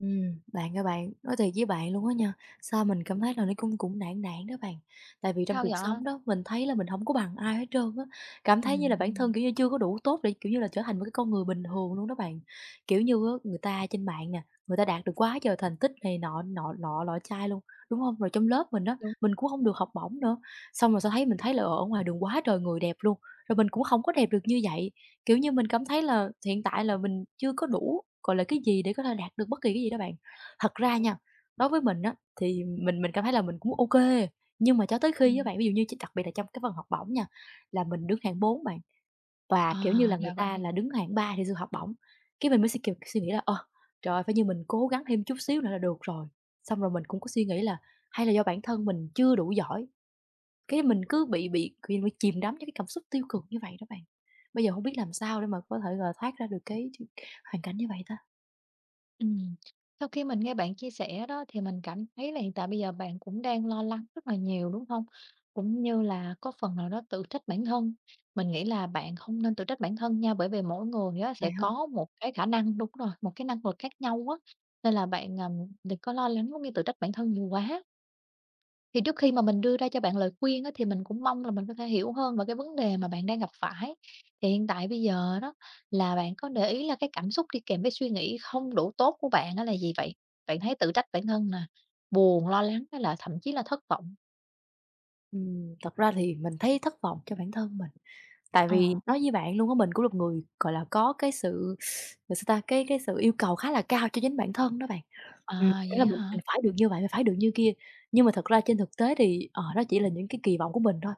Bạn ơi bạn, nói thiệt với bạn luôn á nha, sao mình cảm thấy là nó cũng cũng nản nản đó bạn. Tại vì trong Sao cuộc sống vậy? đó, mình thấy là mình không có bằng ai hết trơn á, cảm thấy như là bản thân, Ừm. kiểu như, chưa có đủ tốt để, kiểu như là, trở thành một cái con người bình thường luôn đó bạn. Kiểu như á, người ta trên mạng nè, người ta đạt được quá trời thành tích này nọ nọ nọ lọ chai luôn, đúng không? Rồi trong lớp mình đó Đúng, mình cũng không được học bổng nữa, xong rồi sao thấy mình thấy là ở ngoài đường quá trời người đẹp luôn, rồi mình cũng không có đẹp được như vậy. Kiểu như, mình cảm thấy là hiện tại là mình chưa có đủ, gọi là, cái gì để có thể đạt được bất kỳ cái gì đó bạn. Thật ra nha, đúng. đối với mình á, thì mình cảm thấy là mình cũng ok nhưng mà cho tới khi á Ừm. bạn, ví dụ như ch đặc biệt là trong cái phần học bổng nha, là mình đứng hạng 4 bạn, và, kiểu như À, là, người ra ta vậy. là đứng hạng 3 thì được học bổng. Cái mình mới suy nghĩ là "Ờ, trời ơi, phải như mình cố gắng thêm chút xíu nữa là được rồi." Xong rồi mình cũng có suy nghĩ là hay là do bản thân mình chưa đủ giỏi, cái mình cứ bị chìm đắm trong cái cảm xúc tiêu cực như vậy đó bạn. Bây giờ hông biết làm sao để mà có thể, gọi là, thoát ra được cái ch hoàn cảnh như vậy ta, Ừm. Sau khi mình nghe bạn chia sẻ đó thì mình cảm thấy là hiện tại bây giờ bạn cũng đang lo lắng rất là nhiều, đúng hông? Cũng như là có phần nào đó tự trách bản thân. Mình nghĩ là bạn không nên tự trách bản thân nha, bởi vì mỗi người á bạn sẽ hông? có một cái khả năng đúng rồi, một cái năng lực khác nhau á, nên là bạn, đừng có lo lắng cũng như tự trách bản thân nhiều quá. Thì trước khi mà mình đưa ra cho bạn lời khuyên á, thì mình cũng mong là mình có thể hiểu hơn về cái vấn đề mà bạn đang gặp phải. Thì hiện tại bây giờ đó là bạn có để ý là cái cảm xúc đi kèm với suy nghĩ không đủ tốt của bạn á là gì vậy? Bạn thấy tự trách bản thân nè, buồn, lo lắng hay là thậm chí là thất vọng? Thật ra thì mình thấy thất vọng cho bản thân mình, tại Ờ. vì nói với bạn luôn á, mình cũng là một người, gọi là, có cái sự, gọi sao ta, cái sự yêu cầu khá là cao cho chính bản thân đó bạn. Ừm, À, nghĩa vậy là á mình hả? mình phải được như vậy, mình phải được như kia. Nhưng mà thật ra trên thực tế thì, đó chỉ là những cái kỳ vọng của mình thôi,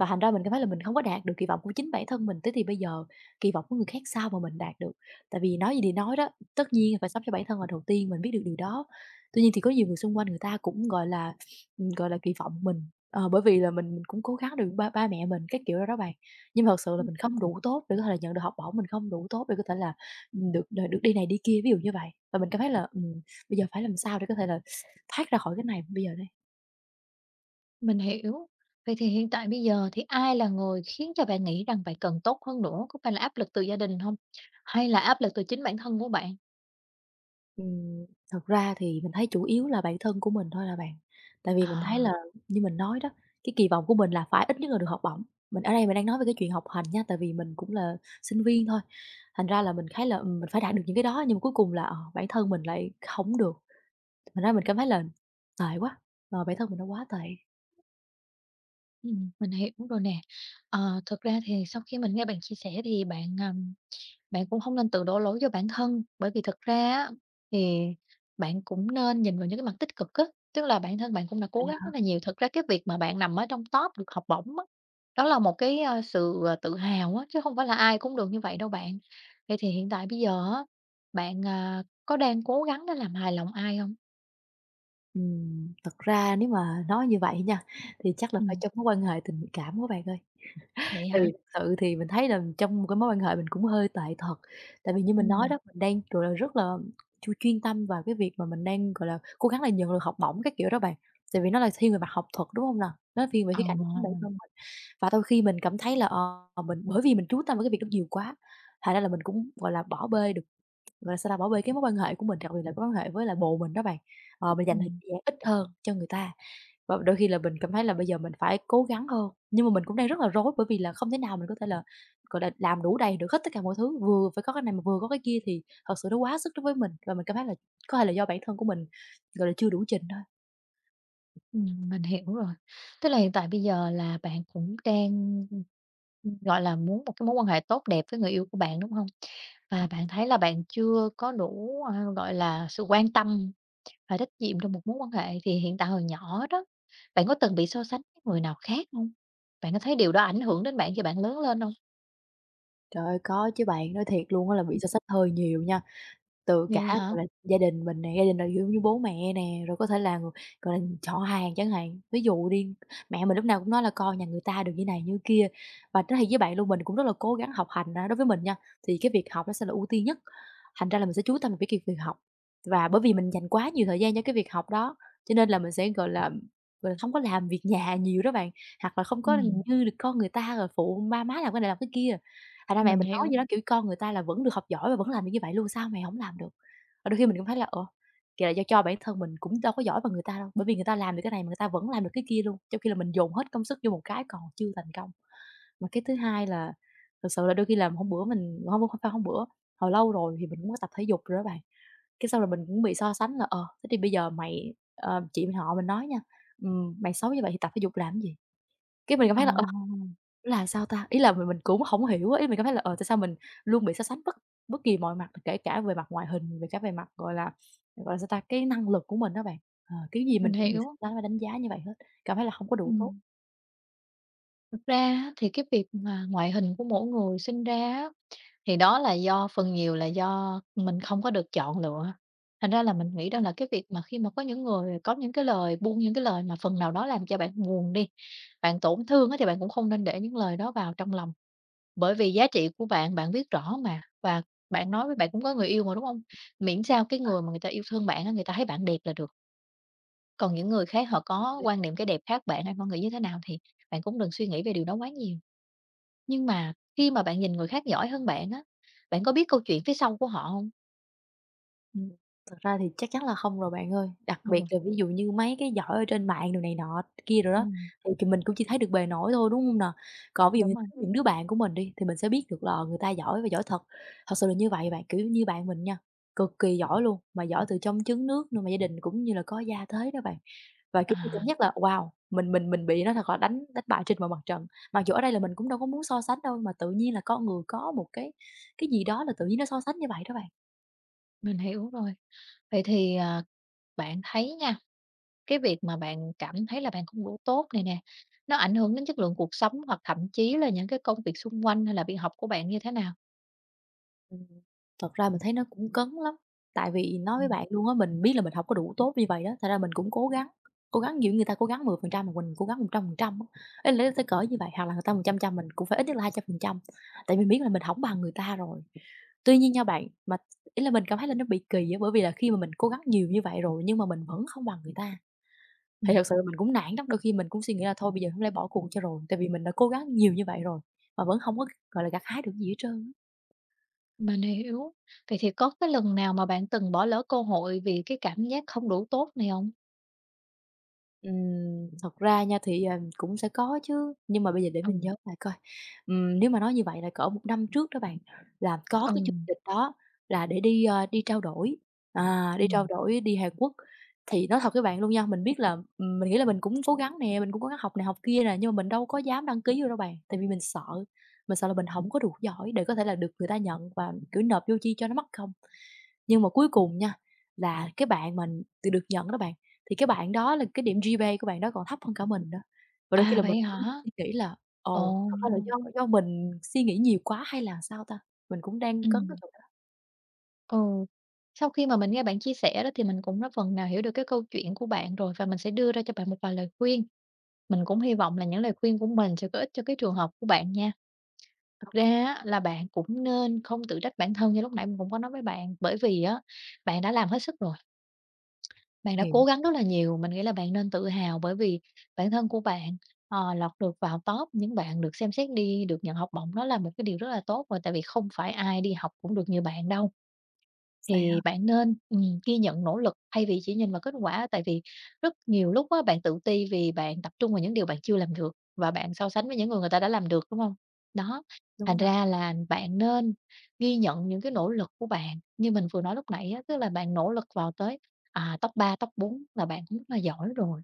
và thành ra mình cảm thấy là mình không có đạt được kỳ vọng của chính bản thân mình. Thế thì bây giờ kỳ vọng của người khác sao mà mình đạt được? Tại vì nói gì thì nói đó, tất nhiên là phải sống cho bản thân là đầu tiên, mình biết được điều đó. Tuy nhiên thì có nhiều người xung quanh người ta cũng, gọi là, kỳ vọng mình, bởi vì là mình cũng cố gắng được ba ba mẹ mình, cái kiểu đó đó bạn. Nhưng mà thật sự là mình không đủ tốt để có thể là nhận được học bổng, mình không đủ tốt để có thể là, được đi này đi kia, ví dụ như vậy. Và mình cảm thấy là, bây giờ phải làm sao để có thể là thoát ra khỏi cái này bây giờ đây? Mình hiểu. Vậy thì hiện tại bây giờ thì ai là người khiến cho bạn nghĩ rằng bạn cần tốt hơn nữa? Có phải là áp lực từ gia đình không? Hay là áp lực từ chính bản thân của bạn? Ừm, thật ra thì mình thấy chủ yếu là bản thân của mình thôi là bạn. Tại vì mình thấy À. là như mình nói đó, cái kỳ vọng của mình là phải ít nhất là được học bổng. Mình ở đây mình đang nói về cái chuyện học hành nha, tại vì mình cũng là sinh viên thôi. Thành ra là mình thấy là, mình phải đạt được những cái đó nhưng mà cuối cùng là, bản thân mình lại không được. Thành ra mình cảm thấy là tệ quá, bản thân mình nó quá tệ. Mình hiểu rồi nè. Ờ, thực ra thì sau khi mình nghe bạn chia sẻ thì bạn cũng không nên tự đổ lỗi cho bản thân, bởi vì thực ra á thì bạn cũng nên nhìn vào những cái mặt tích cực á, tức là bản thân bạn cũng đã Vậy cố gắng hả? rất là nhiều. Thực ra cái việc mà bạn nằm ở trong top được học bổng á, đó là một cái, sự, tự hào á, chứ không phải là ai cũng được như vậy đâu bạn. Vậy thì hiện tại bây giờ á, bạn, có đang cố gắng để làm hài lòng ai không? Thật ra nếu mà nói như vậy nha, thì chắc là phải Ừm, trong mối quan hệ tình cảm quá bạn ơi. vậy Tại hả? vì thật sự thì mình thấy là trong một cái mối quan hệ mình cũng hơi tệ thật. Tại vì như mình nói Ừm, đó, mình đang, gọi là, rất là chuyên tâm vào cái việc mà mình đang, gọi là, cố gắng là nhận được học bổng các kiểu đó bạn. Tại vì nó là thiên về mặt học thuật, đúng không nào? Nó thiên về khía ờ, cạnh của chính bản thân mình. Và đôi khi mình cảm thấy là, mình bởi vì mình chú tâm vào cái việc đó nhiều quá, thành ra là mình cũng, gọi là, bỏ bê được gọi là sao ta, bỏ bê cái mối quan hệ của mình, đặc biệt là mối quan hệ với là bồ mình đó bạn. Ờ, mình dành thời ừm. gian ít hơn cho người ta. Và đôi khi là mình cảm thấy là bây giờ mình phải cố gắng hơn, nhưng mà mình cũng đang rất là rối bởi vì là không thể nào mình có thể là, gọi là, làm đủ đầy được hết tất cả mọi thứ, vừa phải có cái này mà vừa có cái kia thì thật sự nó quá sức đối với mình. Và mình cảm thấy là có thể là do bản thân của mình, gọi là, chưa đủ trình thôi. Mình hiểu rồi. Tức là hiện tại bây giờ là bạn cũng đang, ừm, gọi là, muốn một cái mối quan hệ tốt đẹp với người yêu của bạn, đúng hông? Và bạn thấy là bạn chưa có đủ, gọi là, sự quan tâm và trách nhiệm trong một mối quan hệ, thì hiện tại hồi nhỏ đó, bạn có từng bị so sánh với người nào khác hông? Bạn có thấy điều đó ảnh hưởng đến bạn khi bạn lớn lên hông? Trời ơi, có chứ bạn, nói thiệt luôn á là bị so sánh hơi nhiều nha. Từ cả, Vậy hả? gọi là, gia đình mình nè, gia đình là giống như bố mẹ nè, rồi có thể là, gọi là, họ hàng chẳng hạn. Ví dụ đi, mẹ mình lúc nào cũng nói là "Con nhà người ta được như này như kia." Và nói thì với bạn luôn, mình cũng rất là cố gắng học hành, à, đối với mình nha, thì cái việc học nó sẽ là ưu tiên nhất, thành ra là mình sẽ chú tâm vào cái việc việc học. Và bởi vì mình dành quá nhiều thời gian cho cái việc học đó, cho nên là mình sẽ, gọi là, hông có làm việc nhà nhiều đó bạn, hoặc là không có Ừm, như được con người ta rồi phụ ba má làm cái này làm cái kia. Thành ra mẹ mình mình nói hiểu. vậy đó, kiểu, con người ta là vẫn được học giỏi và vẫn làm được như vậy luôn, sao mày hổng làm được? Và đôi khi mình cũng thấy là, kìa là do cho bản thân mình cũng đâu có giỏi bằng người ta đâu, bởi vì người ta làm được cái này mà người ta vẫn làm được cái kia luôn, trong khi là mình dồn hết công sức vô một cái còn chưa thành công. Mà cái thứ hai là thực sự là đôi khi làm hôm bữa mình hông, hông phải hôm bữa, hồi lâu rồi thì mình cũng có tập thể dục rồi đó bạn, cái xong rồi mình cũng bị so sánh là, thế thì bây giờ mày chị họ mình nói nha, "Mày xấu như vậy thì tập thể dục làm cái gì?" Cái mình cảm thấy là, Ồ, là sao ta? Ý là mình cũng hổng hiểu á, ý mình cảm thấy là, tại sao mình luôn bị so sánh bất bất kỳ mọi mặt, kể cả về mặt ngoại hình, về cả về mặt, gọi là, sao ta, cái năng lực của mình á bạn. Ờ, kiểu gì mình mình cũng bị so hiểu. sánh và đánh giá như vậy hết, cảm thấy là hông có đủ tốt. Ừm, thực ra á thì cái việc mà ngoại hình của mỗi người sinh ra á thì đó là do phần nhiều là do mình không có được chọn lựa, thành ra là mình nghĩ đó là cái việc mà khi mà có những người có những cái lời buông những cái lời mà phần nào đó làm cho bạn buồn đi, bạn tổn thương á, thì bạn cũng không nên để những lời đó vào trong lòng. Bởi vì giá trị của bạn, bạn biết rõ mà, và bạn nói với bạn cũng có người yêu mà, đúng không? Miễn sao cái người mà người ta yêu thương bạn á, người ta thấy bạn đẹp là được, còn những người khác họ có quan niệm cái đẹp khác bạn hay con người như thế nào thì bạn cũng đừng suy nghĩ về điều đó quá nhiều. Nhưng mà khi mà bạn nhìn người khác giỏi hơn bạn á, bạn có biết câu chuyện phía sau của họ hông? Ừm, thật ra thì chắc chắn là không rồi bạn ơi. Đặc Ừ, biệt là ví dụ như mấy cái giỏ ở trên mạng đồ này nọ kia rồi đó, ừm, thì mình cũng chỉ thấy được bề nổi thôi, đúng hông nè? Còn ví dụ như đúng rồi. những đứa bạn của mình đi, thì mình sẽ biết được là người ta giỏi và giỏi thật. Thật sự là như vậy bạn, kiểu như bạn mình nha, cực kỳ giỏi luôn, mà giỏi từ trong trứng nước nữa, mà gia đình cũng như là có gia thế đó bạn. Và, kiểu như, cảm À, giác là wow, mình bị nó thật là đánh đánh bại trên mọi mặt trận. Mặc dù ở đây là mình cũng đâu có muốn so sánh đâu, mà tự nhiên là con người có một cái gì đó là tự nhiên nó so sánh như vậy đó bạn. mình hiểu rồi. Vậy thì, bạn thấy nha, cái việc mà bạn cảm thấy là bạn không đủ tốt này nè, nó ảnh hưởng đến chất lượng cuộc sống hoặc thậm chí là những cái công việc xung quanh hay là việc học của bạn như thế nào? Ừm, thật ra mình thấy nó cũng cấn lắm, tại vì nói với Ừm, bạn luôn á, mình biết là mình hổng có đủ tốt như vậy đó, thành ra mình cũng cố gắng nhiều người ta cố gắng 10% mà mình cố gắng 100% á. Ý lấy tới cỡ như vậy, hoặc là người ta một trăm trăm mình cũng phải ít nhất là 200%, tại mình biết là mình hổng bằng người ta rồi. Tuy nhiên nha bạn, mà ý là mình cảm thấy là nó bị kỳ á, bởi vì là khi mà mình cố gắng nhiều như vậy rồi nhưng mà mình vẫn không bằng người ta, thì ừm. thật sự mình cũng nản lắm. Đôi khi mình cũng suy nghĩ là thôi bây giờ không lẽ bỏ cuộc cho rồi, tại vì mình đã cố gắng nhiều như vậy rồi, mà vẫn không có, gọi là, gặt hái được gì hết trơn á. Mình hiểu. Vậy thì có cái lần nào mà bạn từng bỏ lỡ cơ hội vì cái cảm giác không đủ tốt này hông? Ừm, Thật ra nha thì, cũng sẽ có chứ, nhưng mà bây giờ để Ừ, mình nhớ lại coi, nếu mà nói như vậy là cỡ 1 năm trước đó bạn, là có ừ, cái chương trình đó là để đi, đi trao đổi, à, đi trao ừm. đổi đi Hàn Quốc. Thì nói thật với bạn luôn nha, mình biết là mình nghĩ là mình cũng cố gắng nè, mình cũng cố gắng học này học kia nè, nhưng mà mình đâu có dám đăng ký vô đâu bạn, tại vì mình sợ là mình không có đủ giỏi để có thể là được người ta nhận và, kiểu, nộp vô chi cho nó mất công. Nhưng mà cuối cùng nha, là cái bạn mình từ được nhận đó bạn, thì cái bạn đó là cái điểm GPA của bạn đó còn thấp hơn cả mình đó. Và đôi khi À, là mình vậy hả? cũng suy nghĩ là: "Ồ, Ồ! thật ra là do mình suy nghĩ nhiều quá hay là sao ta?" Mình cũng đang cấn cái Ừm. chỗ đó. Ừ, sau khi mà mình nghe bạn chia sẻ đó thì mình cũng đã phần nào hiểu được cái câu chuyện của bạn rồi và mình sẽ đưa ra cho bạn một vài lời khuyên. Mình cũng hy vọng là những lời khuyên của mình sẽ có ích cho cái trường hợp của bạn nha. Thực Ô ra kê. á, là bạn cũng nên không tự trách bản thân như lúc nãy mình cũng có nói với bạn bởi vì á bạn đã làm hết sức rồi, bạn đã Hiểu. cố gắng rất là nhiều, mình nghĩ là bạn nên tự hào bởi vì bản thân của bạn lọt được vào top những bạn được xem xét đi, được nhận học bổng đó là một cái điều rất là tốt rồi tại vì không phải ai đi học cũng được như bạn đâu. Vậy Thì ha. bạn nên, ghi nhận nỗ lực thay vì chỉ nhìn vào kết quả, tại vì rất nhiều lúc á, bạn tự ti vì bạn tập trung vào những điều bạn chưa làm được và bạn so sánh với những người người ta đã làm được, đúng không? Đó, Đúng thành rồi. ra là bạn nên ghi nhận những cái nỗ lực của bạn, như mình vừa nói lúc nãy á, tức là bạn nỗ lực vào tới, top 3, top 4 là bạn cũng rất là giỏi rồi.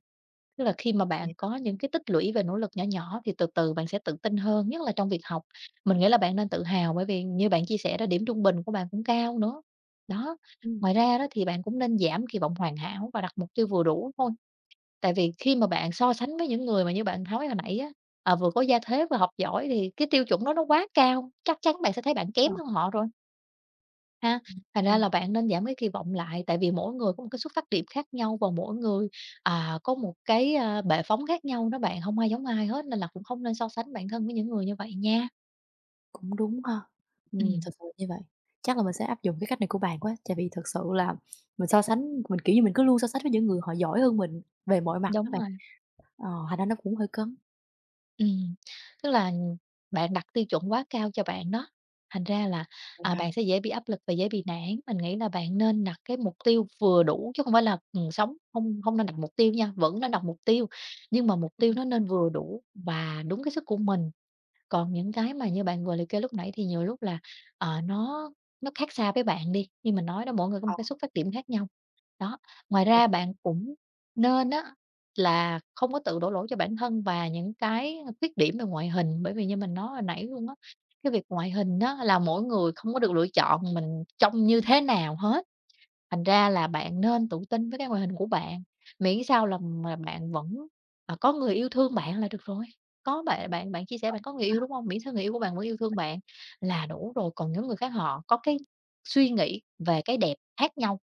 Tức là khi mà Vậy. bạn có những cái tích lũy về nỗ lực nhỏ nhỏ thì từ từ bạn sẽ tự tin hơn, nhất là trong việc học. Mình nghĩ là bạn nên tự hào bởi vì như bạn chia sẻ đó điểm trung bình của bạn cũng cao nữa. Đó, Ừm. ngoài ra đó thì bạn cũng nên giảm kỳ vọng hoàn hảo và đặt mục tiêu vừa đủ thôi. Tại vì khi mà bạn so sánh với những người mà như bạn nói hồi nãy á, vừa có gia thế vừa học giỏi thì cái tiêu chuẩn đó nó quá cao, chắc chắn bạn sẽ thấy bạn Đúng kém rồi. hơn họ rồi. Ha, thành ra Ừm. là bạn nên giảm cái kỳ vọng lại, tại vì mỗi người có một cái xuất phát điểm khác nhau và mỗi người, có một cái, bệ phóng khác nhau đó bạn, không ai giống ai hết nên là cũng không nên so sánh bản thân với những người như vậy nha. Cũng đúng ha. Ừm, Thực sự là như vậy. Chắc là mình sẽ áp dụng cái cách này của bạn quá, tại vì thực sự là mình so sánh mình, kiểu như, mình cứ luôn so sánh với những người họ giỏi hơn mình về mọi mặt đó đúng bạn, rồi, thành ra nó cũng hơi cấn, ừm, tức là bạn đặt tiêu chuẩn quá cao cho bạn đó, thành ra là, vậy hả? bạn sẽ dễ bị áp lực và dễ bị nản. Mình nghĩ là bạn nên đặt cái mục tiêu vừa đủ chứ không phải là, sống không không nên đặt mục tiêu nha, vẫn nên đặt mục tiêu, nhưng mà mục tiêu Ừm. nó nên vừa đủ và đúng cái sức của mình. Còn những cái mà như bạn vừa liệt kê lúc nãy thì nhiều lúc là, ờ, nó nó khác xa với bạn đi, như mình nói đó, mỗi người có một Ờ. cái xuất phát điểm khác nhau. Đó, ngoài Đúng ra bạn cũng nên á là không có tự đổ lỗi cho bản thân và những cái khuyết điểm về ngoại hình, bởi vì như mình nói hồi nãy luôn á, cái việc ngoại hình á là mỗi người không có được lựa chọn mình trông như thế nào hết. Thành ra là bạn nên tự tin với cái ngoại hình của bạn, miễn sao là mà bạn vẫn, có người yêu thương bạn là được rồi. Có bạn bạn bạn chia sẻ bạn có người yêu, ha. đúng không? Miễn sao người yêu của bạn vẫn yêu thương bạn là đủ rồi, còn những người khác họ có cái suy nghĩ về cái đẹp khác nhau,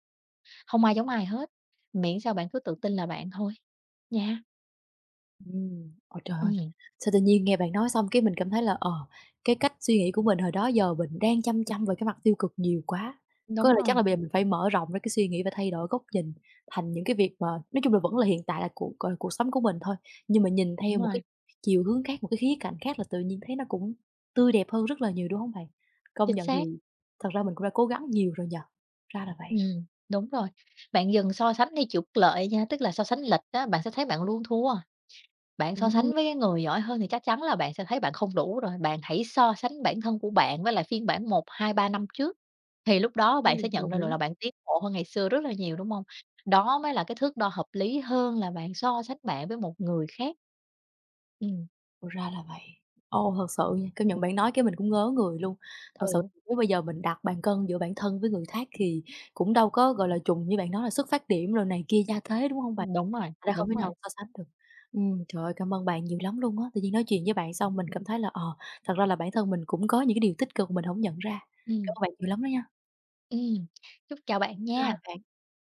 không ai giống ai hết, miễn sao bạn cứ tự tin là bạn thôi nha. Ôi trời ơi! Ừm, Sao tự nhiên nghe bạn nói xong cái mình cảm thấy là, cái cách suy nghĩ của mình hồi đó giờ mình đang chăm chăm về cái mặt tiêu cực nhiều quá. Có đúng là chắc là rồi, bây giờ mình phải mở rộng ra cái suy nghĩ và thay đổi góc nhìn thành những cái việc mà nói chung là vẫn là hiện tại là cuộc, gọi là, cuộc sống của mình thôi, nhưng mà nhìn đúng theo một cái rồi, chiều hướng khác, một cái khía cạnh khác là tự nhiên thấy nó cũng tươi đẹp hơn rất là nhiều, đúng không bạn? Công chính nhận xác, thì thật ra mình cũng đã cố gắng nhiều rồi nhờ. Ra là vậy. Đúng rồi. Bạn dừng so sánh đi trục lợi nha, tức là so sánh lịch á, bạn sẽ thấy bạn luôn thua. Bạn so Ừm. sánh với cái người giỏi hơn thì chắc chắn là bạn sẽ thấy bạn không đủ rồi. Bạn hãy so sánh bản thân của bạn với lại phiên bản 1, 2, 3 năm trước, thì lúc đó Ừ, bạn sẽ nhận đồng ra được ý. là bạn tiến bộ hơn ngày xưa rất là nhiều, đúng không? Đó mới là cái thước đo hợp lý hơn là bạn so sánh bạn với một người khác. Ừm, Ồ, ra là vậy. Ồ, thật sự nha, công nhận bạn nói cái mình cũng ngớ người luôn. Thật sự ừ, nếu bây giờ mình đặt bàn cân giữa bản thân với người khác thì cũng đâu có, gọi là, trùng như bạn nói là xuất phát điểm rồi này kia gia thế, đúng không bạn? đúng rồi, Thành ra không đúng thể rồi. nào so sánh được. Trời ơi, cảm ơn bạn nhiều lắm luôn á. Tự nhiên nói chuyện với bạn xong mình cảm thấy là, thật ra là bản thân mình cũng có những cái điều tích cực mà mình không nhận ra. Cảm Ừm, ơn bạn nhiều lắm đó nha. ừm. Chúc chào bạn Bye bye nha. bạn.